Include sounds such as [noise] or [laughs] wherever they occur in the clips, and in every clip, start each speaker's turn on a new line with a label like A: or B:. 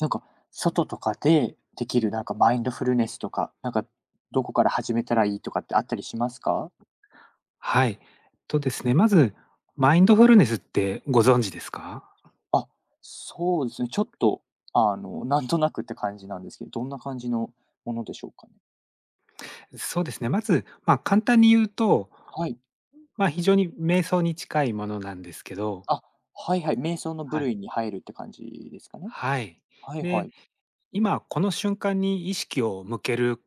A: なんか、外とかでできるなんかマインドフルネスとか、なんかどこから始めたらいいとかってあったりしますか？
B: はい。とですね、まず、マインドフルネスってご存知ですか？
A: あ、そうですね。ちょっと、なんとなくって感じなんですけど、どんな感じのものでしょうかね？
B: そうですね、まず、簡単に言うと、
A: はい。
B: 非常に瞑想に近いものなんですけど。
A: あ、はいはい、瞑想の部
B: はい。
A: 類に入るって感じですかね？
B: はい。
A: はいは
B: で、
A: い。
B: 今この瞬間に意識を向けるっ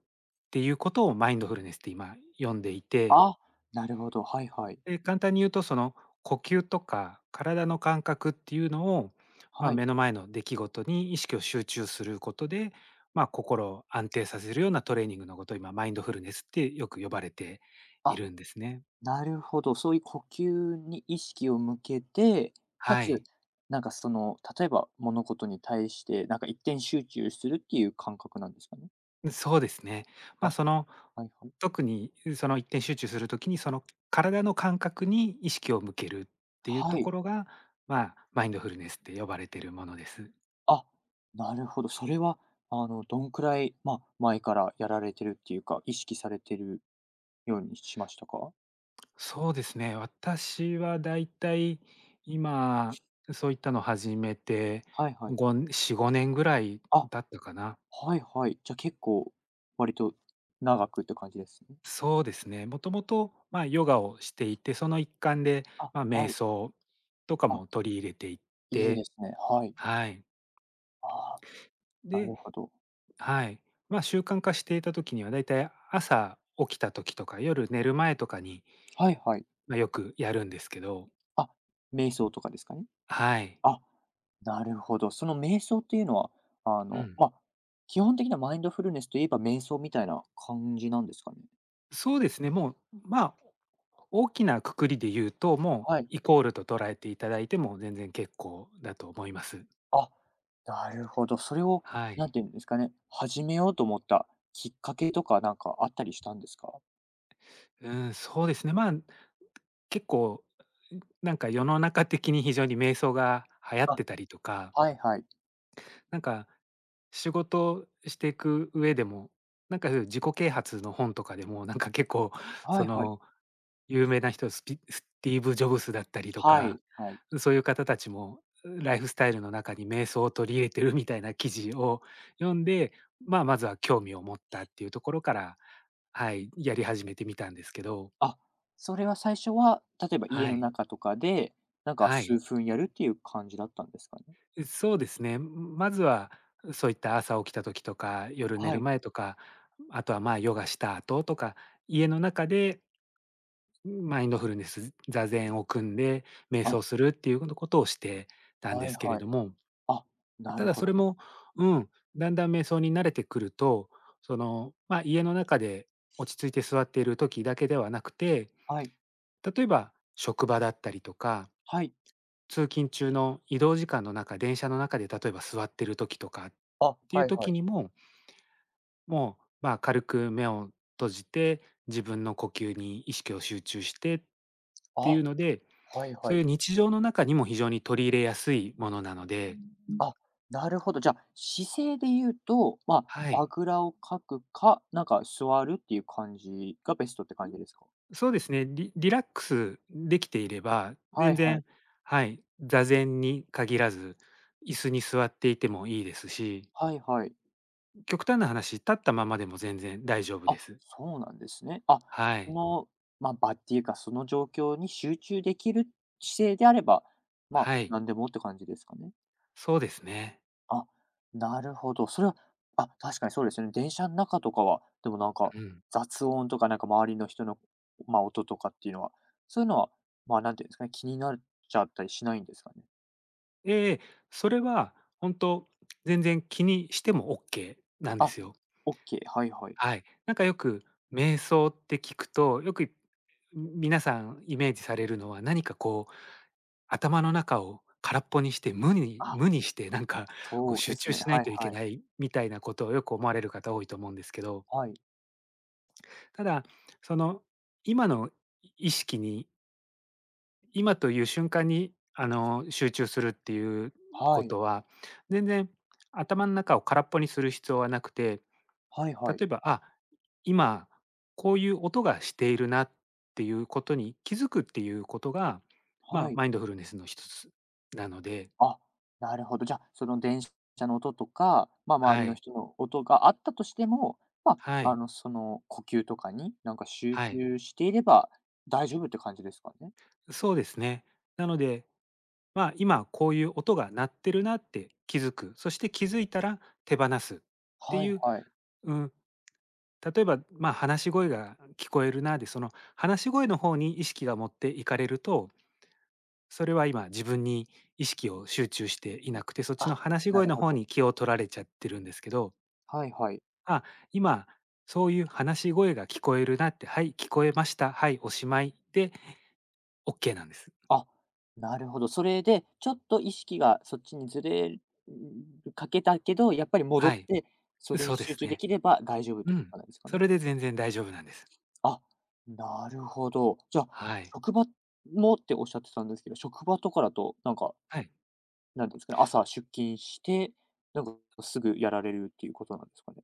B: ていうことをマインドフルネスって今読んでいて、
A: あ、なるほど、はいはい。
B: で、簡単に言うと、その呼吸とか体の感覚っていうのを、
A: はい。
B: 目の前の出来事に意識を集中することで、心を安定させるようなトレーニングのことを今マインドフルネスってよく呼ばれてい
A: あ
B: るんですね。
A: なるほど、そういう呼吸に意識を向けて、か
B: は
A: つ、
B: い。
A: なんかその、例えば物事に対して、なんか一点集中するっていう感覚なんですかね？
B: そうですね。
A: あ、
B: その
A: はいはい。
B: 特にその一点集中するときにその体の感覚に意識を向けるっていう
A: は
B: とこ
A: い。
B: ろが、マインドフルネスって呼ばれているものです。
A: あ、なるほど。それは、どんくらい、まあ、前からやられてるっていうか、意識されてるようにしましたか？
B: そうですね。私はだいたい今、そういったの始めて、
A: はいはい。
B: 4、5年ぐらい
A: あ、
B: だったかな。
A: はいはい。じゃ、結構割と長くって感じですね。
B: そうですね。もともと、ヨガをしていて、その一環で、
A: あ、
B: 瞑
A: はい。
B: 想とか
A: あ、
B: も取り入れていっ
A: いいで
B: て、
A: すね。はい。
B: はい。
A: ああ、な
B: で、
A: るほど。
B: はい。習慣化していた時にはだいたい朝起きた時とか、夜寝る前とかに、
A: はいはい。
B: よくやるんですけど、
A: あ、瞑想とかですかね。
B: はい。
A: あ、なるほど。その瞑想っていうのは、
B: うん。
A: まあ、基本的なマインドフルネスといえば瞑想みたいな感じなんですかね？
B: そうですね、もう、まあ、大きな括りで言うと、も
A: は
B: う
A: い。
B: イコールと捉えていただいても全然結構だと思います。
A: あ、なるほど。それを、
B: は
A: なん
B: い。
A: ていうんですかね、始めようと思ったきっかけとかなんかあったりしたんですか？
B: うん、そうですね。結構、なんか世の中的に非常に瞑想が流行っ
A: あ、
B: てたりとか、
A: はいはい。
B: なんか仕事をしていく上でも、なんかそういう自己啓発の本とかでも、なんか結構、
A: は
B: そ
A: いはい。
B: の有名な人、スティーブ・ジョブスだったりと
A: は
B: か、
A: いはい。
B: そういう方たちも、ライフスタイルの中に瞑想を取り入れてるみたいな記事を読んで、まずは興味を持ったっていうところから、はい、やり始めてみたんですけど、
A: あ、それは最初は、例えば家
B: は
A: の
B: い、
A: 中とかで、なんか
B: は
A: 数
B: い。
A: 分やるっていう感じだったんですかね？
B: そうですね、まずは、そういった朝起きた時とか、夜寝
A: は
B: る
A: い。
B: 前とか、あとは、ヨガした後とか、家の中でマインドフルネス、座禅を組んで瞑
A: あ、
B: 想するっていうことをしてたん
A: は
B: で
A: い
B: すけれ
A: はい。
B: ども、
A: あ、な
B: た
A: る
B: だ
A: ほ
B: そ
A: ど。
B: れも、うん、だんだん瞑想に慣れてくると、その、家の中で落ち着いて座っている時だけではなくて、
A: はい。
B: 例えば職場だったりとか、
A: はい。
B: 通勤中の移動時間の中、電車の中で例えば座ってる時とかっ
A: あ、
B: てい
A: は
B: う
A: いは
B: 時
A: い。
B: にも、もう、軽く目を閉じて、自分の呼吸に意識を集中してってい
A: あ、
B: うので、
A: はい
B: そ
A: は
B: うい
A: い。
B: う日常の中にも非常に取り入れやすいものなので、
A: あ、なるほど。じゃあ、姿勢で言うと、ま
B: は
A: あ、
B: い。
A: あぐらをかくか、なんか座るっていう感じがベストって感じですか？
B: そうですね、リラックスできていれば、
A: は
B: 全
A: いはい。
B: 然、はい、座禅に限らず、椅子に座っていてもいいですし、
A: はいはい。
B: 極端な話、立ったままでも全然大丈夫で
A: あ、
B: す。
A: そうなんですね。あ、
B: は
A: そ
B: い。
A: の、まあ、場っていうか、その状況に集中できる姿勢であれば、まあ、
B: はい。
A: なんでもって感じですかね？
B: そうですね。
A: あ、なるほど。それは、あ、確かにそうですよね。電車の中とかは、でもなんか、
B: うん。
A: 雑音とかなんか周りの人の、まあ、音とかっていうのは、そういうのは、まあ、何て言うんですかね、気になっちゃったりしないんですかね？
B: ええ、それは本当全然気にしてもオッケーなんで
A: あ、
B: すよ。
A: オッケー、はいはい。
B: はい。なんかよく瞑想って聞くと、よく、皆さんイメージされるのは、何かこう、頭の中を空っぽにして、
A: あ、
B: 無にして、なんかこう
A: そうで
B: 集
A: す
B: 中
A: ね。
B: しない
A: はい
B: といけ
A: は
B: な
A: い。
B: いみたいなことをよく思われる方多いと思うんですけど、
A: はい。
B: ただ、その、今の意識に、今という瞬間に、集中するっていう
A: は
B: こ
A: い。
B: とは、全然頭の中を空っぽにする必要はなくて、
A: はい
B: 例
A: はい。
B: えば、あ、今こういう音がしているなっていうことに気づくっていうことが、
A: はい。
B: マインドフルネスの一つなので、
A: あ、なるほど。じゃ、その電車の音とか、まあ、周
B: は
A: りの
B: い、
A: 人の音があったとしても、ま
B: は
A: あ、
B: い、
A: 呼吸とかに、なんか、集
B: はい、
A: 中していれば大丈夫って感じですかね？
B: そうですね。なので、今こういう音が鳴ってるなって気づく、そして気づいたら手放すって
A: は
B: い
A: い
B: う、
A: はい。
B: うん、例えば、話し声が聞こえるなで、その話し声の方に意識が持っていかれると、それは今自分に意識を集中していなくて、そっちの
A: あ、
B: 話し
A: な
B: 声
A: る
B: の
A: ほ
B: 方
A: ど。
B: に気を取られちゃってるんですけど、
A: はいはい。
B: あ、今そういう話し声が聞こえるなって、はい、聞こえました、はい、おしまいでオッケーなんです。
A: あ、なるほど。それで、ちょっと意識がそっちにずれるかけたけど、やっぱり戻っ
B: はい、
A: て、そこ
B: そ
A: に
B: うで
A: 集
B: す
A: 中で
B: ね。
A: きれば大丈夫っ
B: う
A: てこ
B: ん。
A: となんですか
B: そ
A: ね？
B: れで全然大丈夫なんです。
A: あ、なるほど。じゃあ、
B: はい。
A: 職場もっておっしゃってたんですけど、職場とかだと、なんか、
B: はい。
A: なんていうんですかね、朝出勤して、なんかすぐやられるっていうことなんですかね？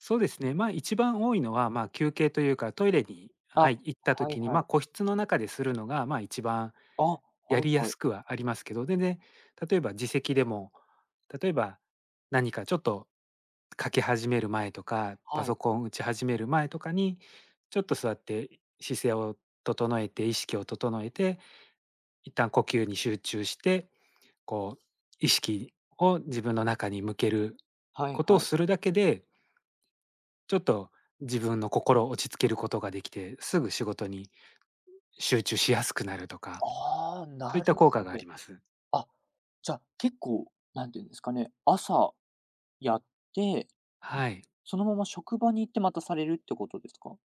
B: そうですね。一番多いのは、休憩というか、トイレに、は
A: あ、
B: い、行った
A: はい
B: 時に、
A: はい。
B: 個室の中でするのが、一番
A: あ、は
B: や
A: い
B: りや
A: はい。
B: すくはありますけど、全然、例えば自席でも、例えば何かちょっと書き始める前とか、パ
A: は
B: ソ
A: い。
B: コン打ち始める前とかに、ちょっと座って姿勢を整えて、意識を整えて、一旦呼吸に集中して、こう、意識を自分の中に向ける
A: はい
B: ことを
A: はい。
B: するだけで、ちょっと自分の心を落ち着けることができて、すぐ仕事に集中しやすくなるとか、
A: ああ、
B: そうい
A: な
B: った
A: る
B: 効果
A: ほ
B: があり
A: ど。
B: ます。
A: あ、じゃ、結構、なんていうんですかね、朝やって、
B: はい。
A: そのまま職場に行ってまたされるってことですか？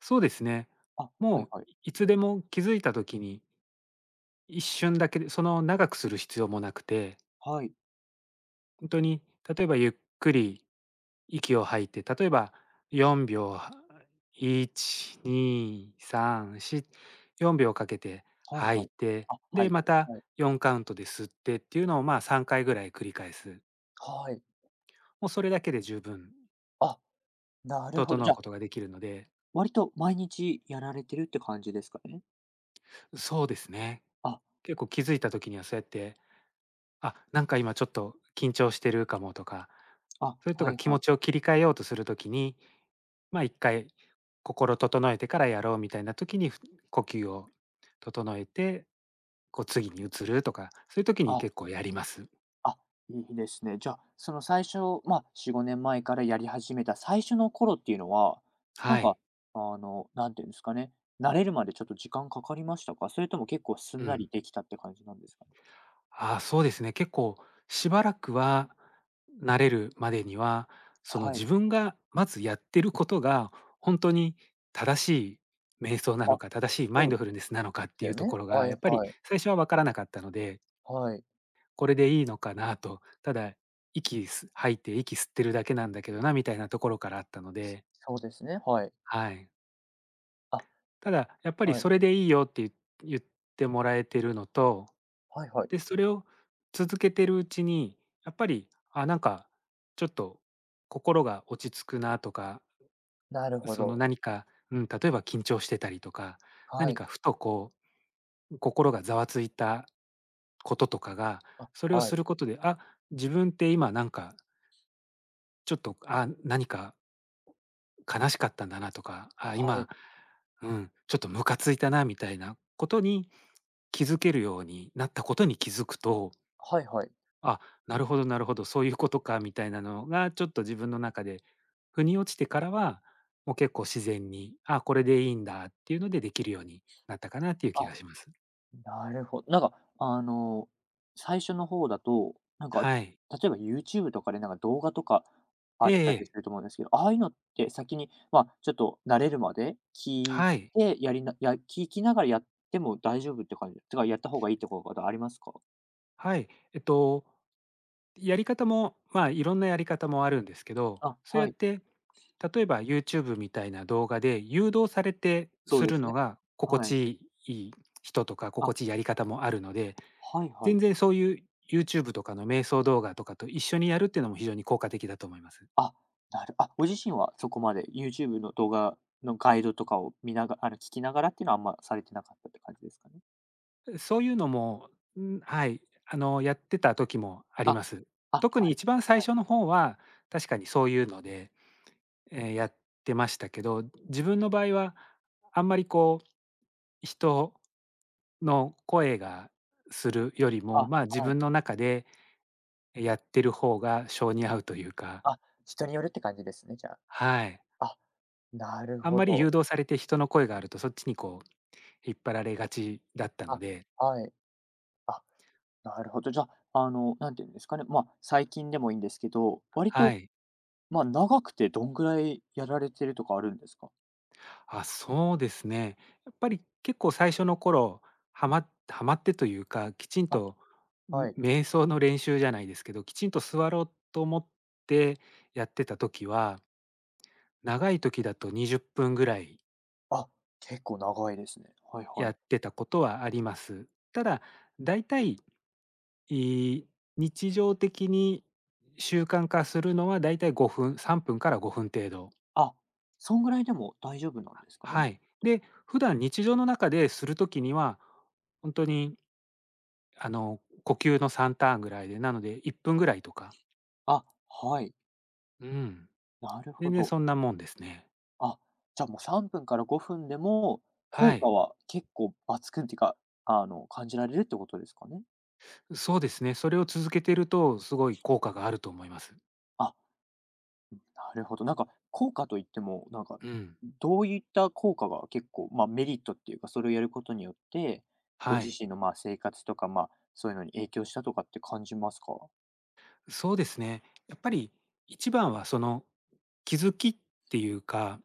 B: そうですね。
A: あ、はい
B: も
A: はい。
B: う、いつでも気づいた時に、一瞬だけで、その、長くする必要もなくて、
A: はい。
B: 本当に、例えばゆっくり息を吐いて、例えば4秒、は1、2、3、4、4秒かけて
A: はい
B: 吐
A: は
B: い
A: い。
B: て、
A: あ、は
B: で、
A: い。
B: また
A: はい。
B: 4カウントで吸ってっていうのを、3回ぐらい繰り返す。
A: はい。
B: もうそれだけで十分
A: あ、なるほど。
B: 整
A: じ
B: う
A: ゃあ
B: ことができるので、
A: 割と毎日やられてるって感じですかね？
B: そうですね。
A: あ、
B: 結構気づいた時にはそうやって、あ、なんか今ちょっと緊張してるかもとか、
A: あ、
B: それと
A: は
B: か
A: い
B: 気
A: は
B: 持
A: い。
B: ちを切り替えようとするときに、ま、一回心整えてからやろうみたいなときに、呼吸を整えて、こう次に移るとか、そういうときに
A: あ、
B: 結構やります。
A: あ、いいですね。じゃあ、その最初、4、5年前からやり始めた最初の頃っていうのは、なん
B: はい。
A: か、なんていうんですかね、慣れるまでちょっと時間かかりましたか？それとも結構す
B: う
A: んな
B: ん。
A: りできたって感じなんですかね？
B: ああ、そうですね。結構しばらくは慣れるまでには、その
A: はい。
B: 自分がまずやってることが本当に正しい瞑想なの
A: あ、
B: か、正しいマイ
A: そ
B: ン
A: う
B: ド
A: で
B: フルネスなのかって
A: す
B: い
A: よ
B: うと
A: ね。
B: ころが、
A: は
B: やっ
A: い
B: ぱり
A: はい。
B: 最初は分からなかったので、
A: はい。
B: これでいいのかなと、ただ吐いて息吸ってるだけなんだけどなみたいなところからあったので、
A: そうですね、はい。
B: はい。
A: あ、
B: ただやっぱり
A: はい。
B: それでいいよって言ってもらえてるのと、
A: はいはい。
B: で、それを続けてるうちに、やっぱり、あ、なんか、ちょっと心が落ち着くなとか、
A: なるほ
B: その
A: ど。
B: 何か、うん、例えば緊張してたりとか、
A: は
B: 何
A: い。
B: かふとこう、心がざわついたこととかが、
A: あ、
B: それを
A: は
B: す
A: い。
B: ることで、あ、自分って今なんか、ちょっと、あ、何か悲しかったんだなとか、あ、
A: は
B: 今、
A: い。
B: うん、ちょっとムカついたなみたいなことに気づけるようになったことに気づくと、
A: はいはい。
B: あ、なるほどなるほど、そういうことかみたいなのが、ちょっと自分の中で腑に落ちてからは、もう結構自然に、あ、これでいいんだっていうのでできるようになったかなっていう気がし
A: あ
B: ます。
A: なるほどなんか、最初の方だと、なんか、
B: はい。
A: 例えば YouTube とかでなんか動画とかあ
B: え
A: っ
B: ええ
A: たりす
B: え。
A: ると思うんですけど、ああいうのって先に、まあ、ちょっと慣れるまで聞い
B: はい。
A: て、やりなや聞きながらやっても大丈夫って感じてか、やった方がいいってことありますか？
B: はい。やり方も、いろんなやり方もあるんですけど、
A: あ、
B: そうや
A: は
B: っ
A: い、
B: て例えば YouTube みたいな動画で誘導されて
A: そ
B: す
A: うで
B: る
A: すね。
B: のが心
A: は
B: 地
A: い。
B: いい人とか、
A: あ、
B: 心地いいやり方もあるので、
A: はいは
B: 全
A: い。
B: 然そういう YouTube とかの瞑想動画とかと一緒にやるっていうのも非常に効果的だと思います。
A: あ、なるあ、ご自身はそこまで YouTube の動画のガイドとかを見ながら聞きながらっていうのはあんまされてなかったって感じですかね？
B: そういうのも、はい、やってた時もあり
A: あ、
B: ます。
A: あ、
B: 特に
A: あり
B: 一
A: まし
B: 番最
A: た。
B: 初の方は、確かにそういうので、やってましたけど、自分の場合はあんまり人の声がするよりも、
A: あ、
B: まあ、自
A: はい。
B: 分の中でやってる方が性に合うというか、
A: あ、人によるって感じですね、じゃ
B: はい。
A: あ。あ、なる
B: あん
A: ほ
B: まり誘
A: ど。
B: 導されて人の声があるとそっちに引っ張られがちだったの
A: あ、
B: で、
A: はい。あ、なるほど。じゃあ、なんていうんですかね、まあ、最近でもいいんですけど、割
B: は
A: と、
B: い。
A: まあ、長くてどんぐらいやられてるとかあるんですか？
B: あ、そうですね。やっぱり結構最初の頃、はまってというか、きちん
A: あ、
B: と、
A: はい。
B: 瞑想の練習じゃないですけど、きちんと座ろうと思ってやってた時は、長い時だと20分ぐらい
A: あ、結構長いですね。はいは
B: や
A: い。
B: ってたことはあります。ただ、大体、い日常的に習慣化するのは大体5分、3分から5分程度。
A: あ、そんぐらいでも大丈夫なんですかね？
B: はい。で、普段日常の中でする時には、本当に呼吸の3ターンぐらいで、なので1分ぐらいとか、
A: あ、はい。
B: うん、
A: なるほ
B: 全然
A: ど。
B: そんなもんですね。
A: あ、じゃあもう3分から5分でも、
B: は
A: 効果
B: い。
A: は結構抜群っていうか、感じられるってことですかね？
B: そうですね、それを続けてるとすごい効果があると思います。
A: あなるほど。なんか効果といっても、なんか、
B: うん、
A: どういった効果が結構、まあ、メリットっていうか、それをやることによって、ご
B: は
A: 自
B: い。
A: 身の、ま、生活とか、まあ、そういうのに影響したとかって感じますか？
B: そうですね、やっぱり一番はその、気づきっていうか、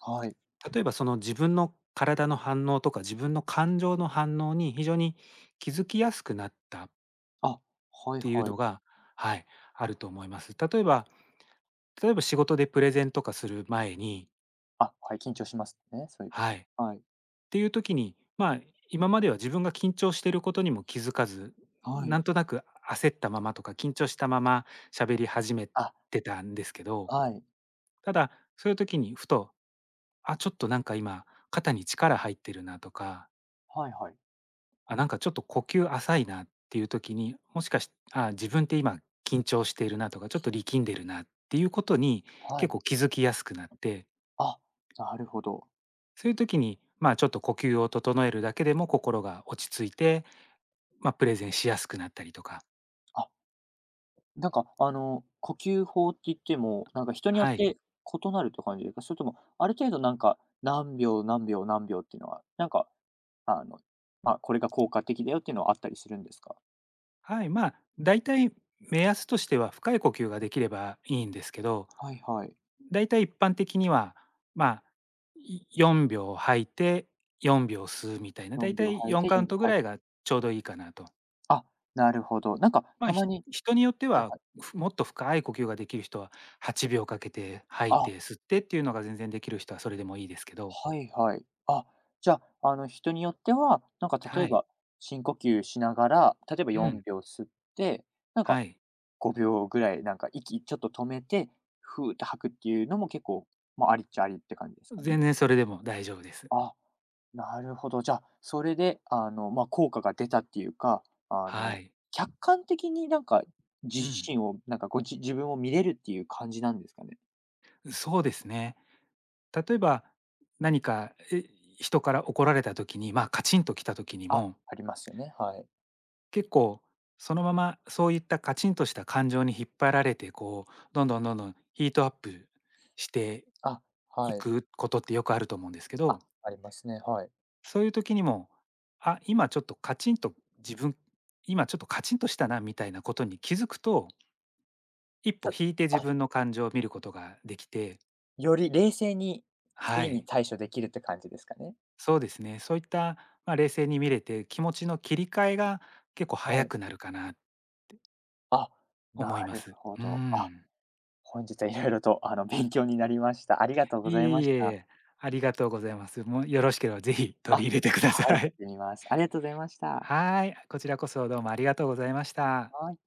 A: はい。
B: 例えばその自分の体の反応とか、自分の感情の反応に非常に気づきやすくなった
A: あ、
B: っ
A: はい
B: ていう
A: はい。
B: のが、はい、あると思います。例えば仕事でプレゼンとかする前に、
A: あ、はい、緊張しますね、そういう時。
B: はい、っ
A: はい。
B: ていう時に、まあ、今までは自分が緊張していることにも気づかず、
A: はい。
B: なんとなく焦ったままとか緊張したまま喋り始め
A: あ、
B: てたんですけど、
A: はい。
B: ただそういう時にふと、あ、ちょっとなんか今肩に力入ってるなとか
A: はいはい。
B: あ、なんかちょっと呼吸浅いなっていう時に、もしかしああ、自分って今緊張しているなとか、ちょっと力んでるなっていうことに
A: は
B: 結
A: い。
B: 構気づきやすくなって、
A: あ、なるほど。
B: そういう時に、まあ、ちょっと呼吸を整えるだけでも心が落ち着いて、ま、プレゼンしやすくなったりとか。
A: あなんか、呼吸法って言っても、なんか人によっ
B: はい。
A: て異なるって感じですか？それとも、ある程度なんか、何秒何秒何秒っていうのは、なんか、あの、まあ、これが効果的だよっていうのはあったりするんですか？
B: はい、まあ、大体目安としては深い呼吸ができればいいんですけど、
A: はいはい。
B: 大体一般的には、まあ、4秒吐いて4秒吸うみたいな、大
A: 4秒
B: 体
A: 吐い
B: 4
A: て
B: カウン
A: 4秒
B: トぐ
A: はい。
B: らいがちょうどいいかなと。
A: あ、なるほど。なんか、
B: まあ、
A: たまに
B: 人によって
A: はい
B: は、
A: はい。
B: もっと深い呼吸ができる人は8秒かけて吐い
A: あ、
B: て吸ってっていうのが全然できる人はそれでもいいですけど、
A: はいはい。あ、じゃあ、人によっては、なんか例
B: は
A: え
B: い。
A: ば、深呼吸しながら、例えば
B: うん、
A: 4秒吸って、なんか
B: はい。
A: 5秒ぐらい、なんか息ちょっと止めて、ふうって吐くっていうのも結構、まあ、ありっちゃありって感じですかね。
B: 全然それでも大丈夫です。
A: あ、なるほど。じゃあ、それで、まあ、効果が出たっていうか、あ
B: は
A: の、
B: い。
A: 客観的になんか、自
B: うん。
A: 身を、なんか、自分を見れるっていう感じなんですかね？
B: そうですね。例えば、何か、え、人から怒られた時に、まあ、カチンと来た時に
A: あ、
B: も、
A: ありますよね、はい。
B: 結構そのままそういったカチンとした感情に引っ張られて、こう、どんどんどんどんヒートアップして
A: あ、
B: い
A: はい。
B: くことってよくあると思うんですけど、
A: あ、ありますね、はい。
B: そういう時にも、あ、今ちょっとカチンと自分、今ちょっとカチンとしたなみたいなことに気づくと、一
A: ち
B: 歩
A: ょ
B: 引いて自
A: あ、
B: 分の感情を見ることができて、
A: より冷静に
B: は
A: 次に
B: い、
A: 対処できるって感じですかね？
B: そうですね、そういった、まあ、冷静に見れて、気持ちの切り替えが結構早
A: はい。
B: くなるかな
A: あ、な
B: 思いま
A: る
B: す。
A: ほ
B: う
A: ど。あ
B: ん。
A: 本日はいろいろと、勉強になりました。ありがとうご
B: い
A: ざい
B: えい
A: まし
B: えい
A: た。
B: え、ありがとうございます。もうよろしければぜひ
A: あ、
B: 取り入れてくだ
A: は
B: さ
A: い、やって
B: い。
A: みます。ありがとうございまし
B: [laughs]
A: た。
B: はい、こちらこそどうもありがとうございました。
A: はい。